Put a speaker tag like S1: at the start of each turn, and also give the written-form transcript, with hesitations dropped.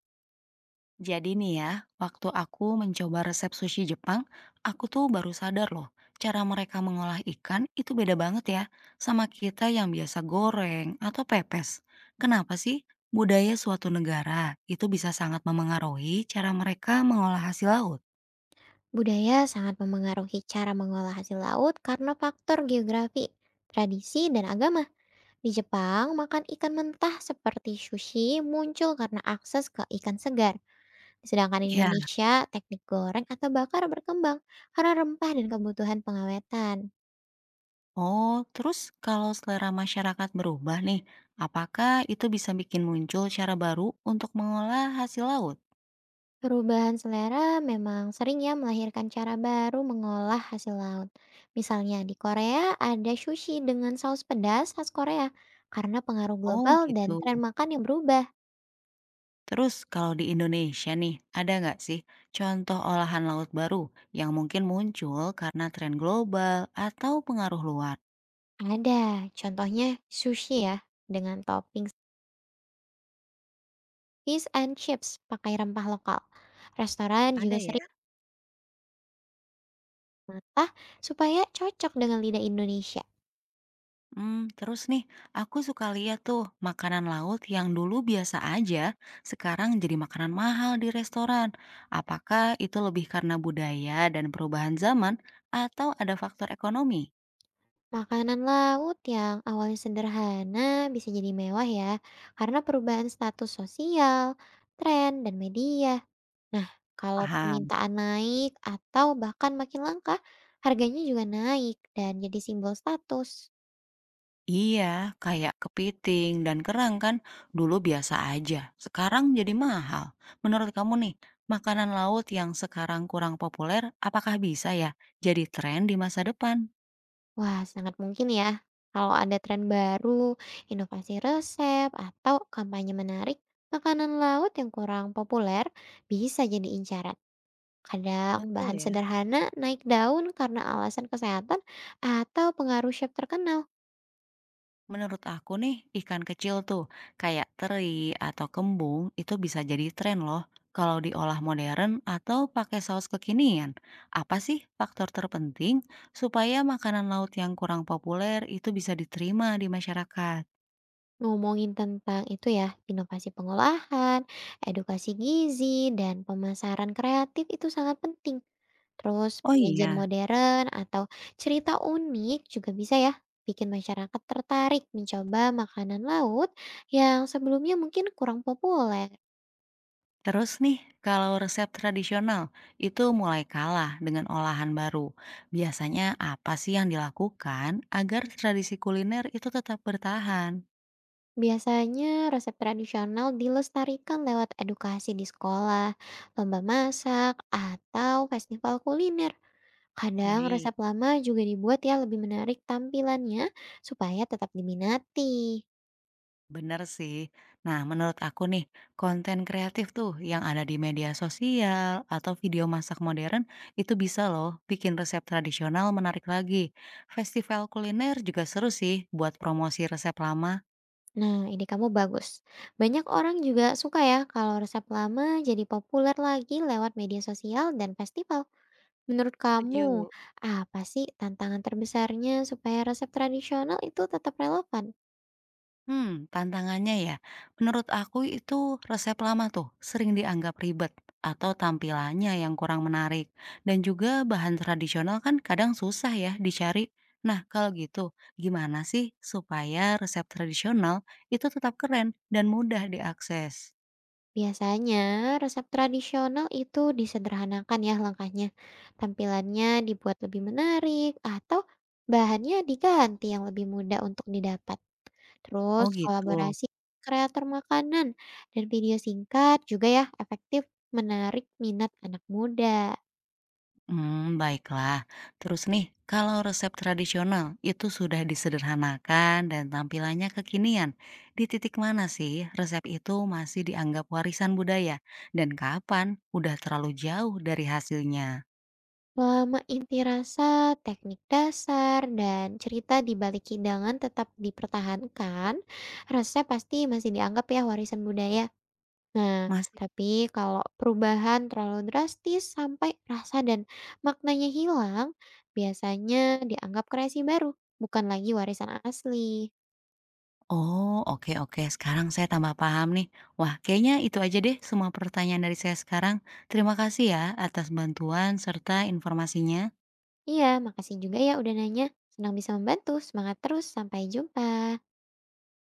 S1: Jadi nih ya, waktu aku mencoba resep sushi Jepang, aku tuh baru sadar loh, cara mereka mengolah ikan itu beda banget ya sama kita yang biasa goreng atau pepes. Kenapa sih budaya suatu negara itu bisa sangat memengaruhi cara mereka mengolah hasil laut?
S2: Budaya sangat memengaruhi cara mengolah hasil laut karena faktor geografi, tradisi, dan agama. Di Jepang, makan ikan mentah seperti sushi muncul karena akses ke ikan segar. Sedangkan di
S1: Ya,
S2: Indonesia, teknik goreng atau bakar berkembang karena rempah dan kebutuhan pengawetan.
S1: oh terus kalau selera masyarakat berubah nih, apakah itu bisa bikin muncul cara baru untuk mengolah hasil laut?
S2: Perubahan selera memang sering ya melahirkan cara baru mengolah hasil laut. Misalnya di Korea ada sushi dengan saus pedas khas Korea karena pengaruh
S1: Oh
S2: global
S1: gitu.
S2: dan tren makan yang berubah.
S1: Terus kalau di Indonesia nih, ada nggak sih contoh olahan laut baru yang mungkin muncul karena tren global atau pengaruh luar?
S2: Ada, contohnya sushi ya, dengan topping fish and chips pakai rempah lokal. Restoran
S1: Ada
S2: juga
S1: ya.
S2: sering menata supaya cocok dengan lidah Indonesia.
S1: Hmm, terus nih, aku suka lihat tuh makanan laut yang dulu biasa aja, sekarang jadi makanan mahal di restoran. Apakah itu lebih karena budaya dan perubahan zaman atau ada faktor ekonomi?
S2: Makanan laut yang awalnya sederhana bisa jadi mewah ya, karena perubahan status sosial, tren, dan media. Nah, kalau
S1: Paham?
S2: permintaan naik atau bahkan makin langka, harganya juga naik dan jadi simbol status.
S1: Iya, kayak kepiting dan kerang kan dulu biasa aja, sekarang jadi mahal. Menurut kamu nih, makanan laut yang sekarang kurang populer, apakah bisa ya jadi tren di masa depan?
S2: Wah, sangat mungkin ya. Kalau ada tren baru, inovasi resep, atau kampanye menarik, makanan laut yang kurang populer bisa jadi incaran. Kadang
S1: Betul
S2: bahan
S1: ya.
S2: sederhana naik daun karena alasan kesehatan atau pengaruh chef terkenal.
S1: Menurut aku nih, ikan kecil tuh kayak teri atau kembung itu bisa jadi tren loh kalau diolah modern atau pakai saus kekinian. Apa sih faktor terpenting supaya makanan laut yang kurang populer itu bisa diterima di masyarakat?
S2: Ngomongin tentang itu ya, inovasi pengolahan, edukasi gizi, dan pemasaran kreatif itu sangat penting. Terus
S1: Oh
S2: penyajian
S1: iya.
S2: modern atau cerita unik juga bisa ya bikin masyarakat tertarik mencoba makanan laut yang sebelumnya mungkin kurang populer.
S1: Terus nih, kalau resep tradisional itu mulai kalah dengan olahan baru, biasanya apa sih yang dilakukan agar tradisi kuliner itu tetap bertahan?
S2: Biasanya resep tradisional dilestarikan lewat edukasi di sekolah, lomba masak, atau festival kuliner. Kadang
S1: Baik,
S2: resep lama juga dibuat ya lebih menarik tampilannya supaya tetap diminati.
S1: benar sih. Nah, menurut aku nih, konten kreatif tuh yang ada di media sosial atau video masak modern itu bisa loh bikin resep tradisional menarik lagi. Festival kuliner juga seru sih buat promosi resep lama.
S2: Nah, ini kamu bagus. Banyak orang juga suka ya kalau resep lama jadi populer lagi lewat media sosial dan festival. Menurut kamu,
S1: Setuju.
S2: apa sih tantangan terbesarnya supaya resep tradisional itu tetap relevan?
S1: Hmm, tantangannya ya, menurut aku itu resep lama tuh sering dianggap ribet atau tampilannya yang kurang menarik. Dan juga bahan tradisional kan kadang susah ya dicari. Nah, kalau gitu gimana sih supaya resep tradisional itu tetap keren dan mudah diakses?
S2: Biasanya resep tradisional itu disederhanakan ya langkahnya. Tampilannya dibuat lebih menarik atau bahannya diganti yang lebih mudah untuk didapat. Terus
S1: Oh gitu.
S2: kolaborasi kreator makanan dan video singkat juga ya efektif menarik minat anak muda.
S1: Baiklah. Terus nih, kalau resep tradisional itu sudah disederhanakan dan tampilannya kekinian, di titik mana sih resep itu masih dianggap warisan budaya? Dan kapan udah terlalu jauh dari hasilnya?
S2: Selama inti rasa, teknik dasar, dan cerita di balik hidangan tetap dipertahankan, resep pasti masih dianggap ya warisan budaya. Nah,
S1: Masih.
S2: tapi kalau perubahan terlalu drastis sampai rasa dan maknanya hilang, biasanya dianggap kreasi baru, bukan lagi warisan asli.
S1: Oh, oke oke, sekarang saya tambah paham nih. Wah, kayaknya itu aja deh semua pertanyaan dari saya sekarang. Terima kasih ya atas bantuan serta informasinya.
S2: Iya, makasih juga ya udah nanya. Senang bisa membantu. Semangat terus. Sampai jumpa.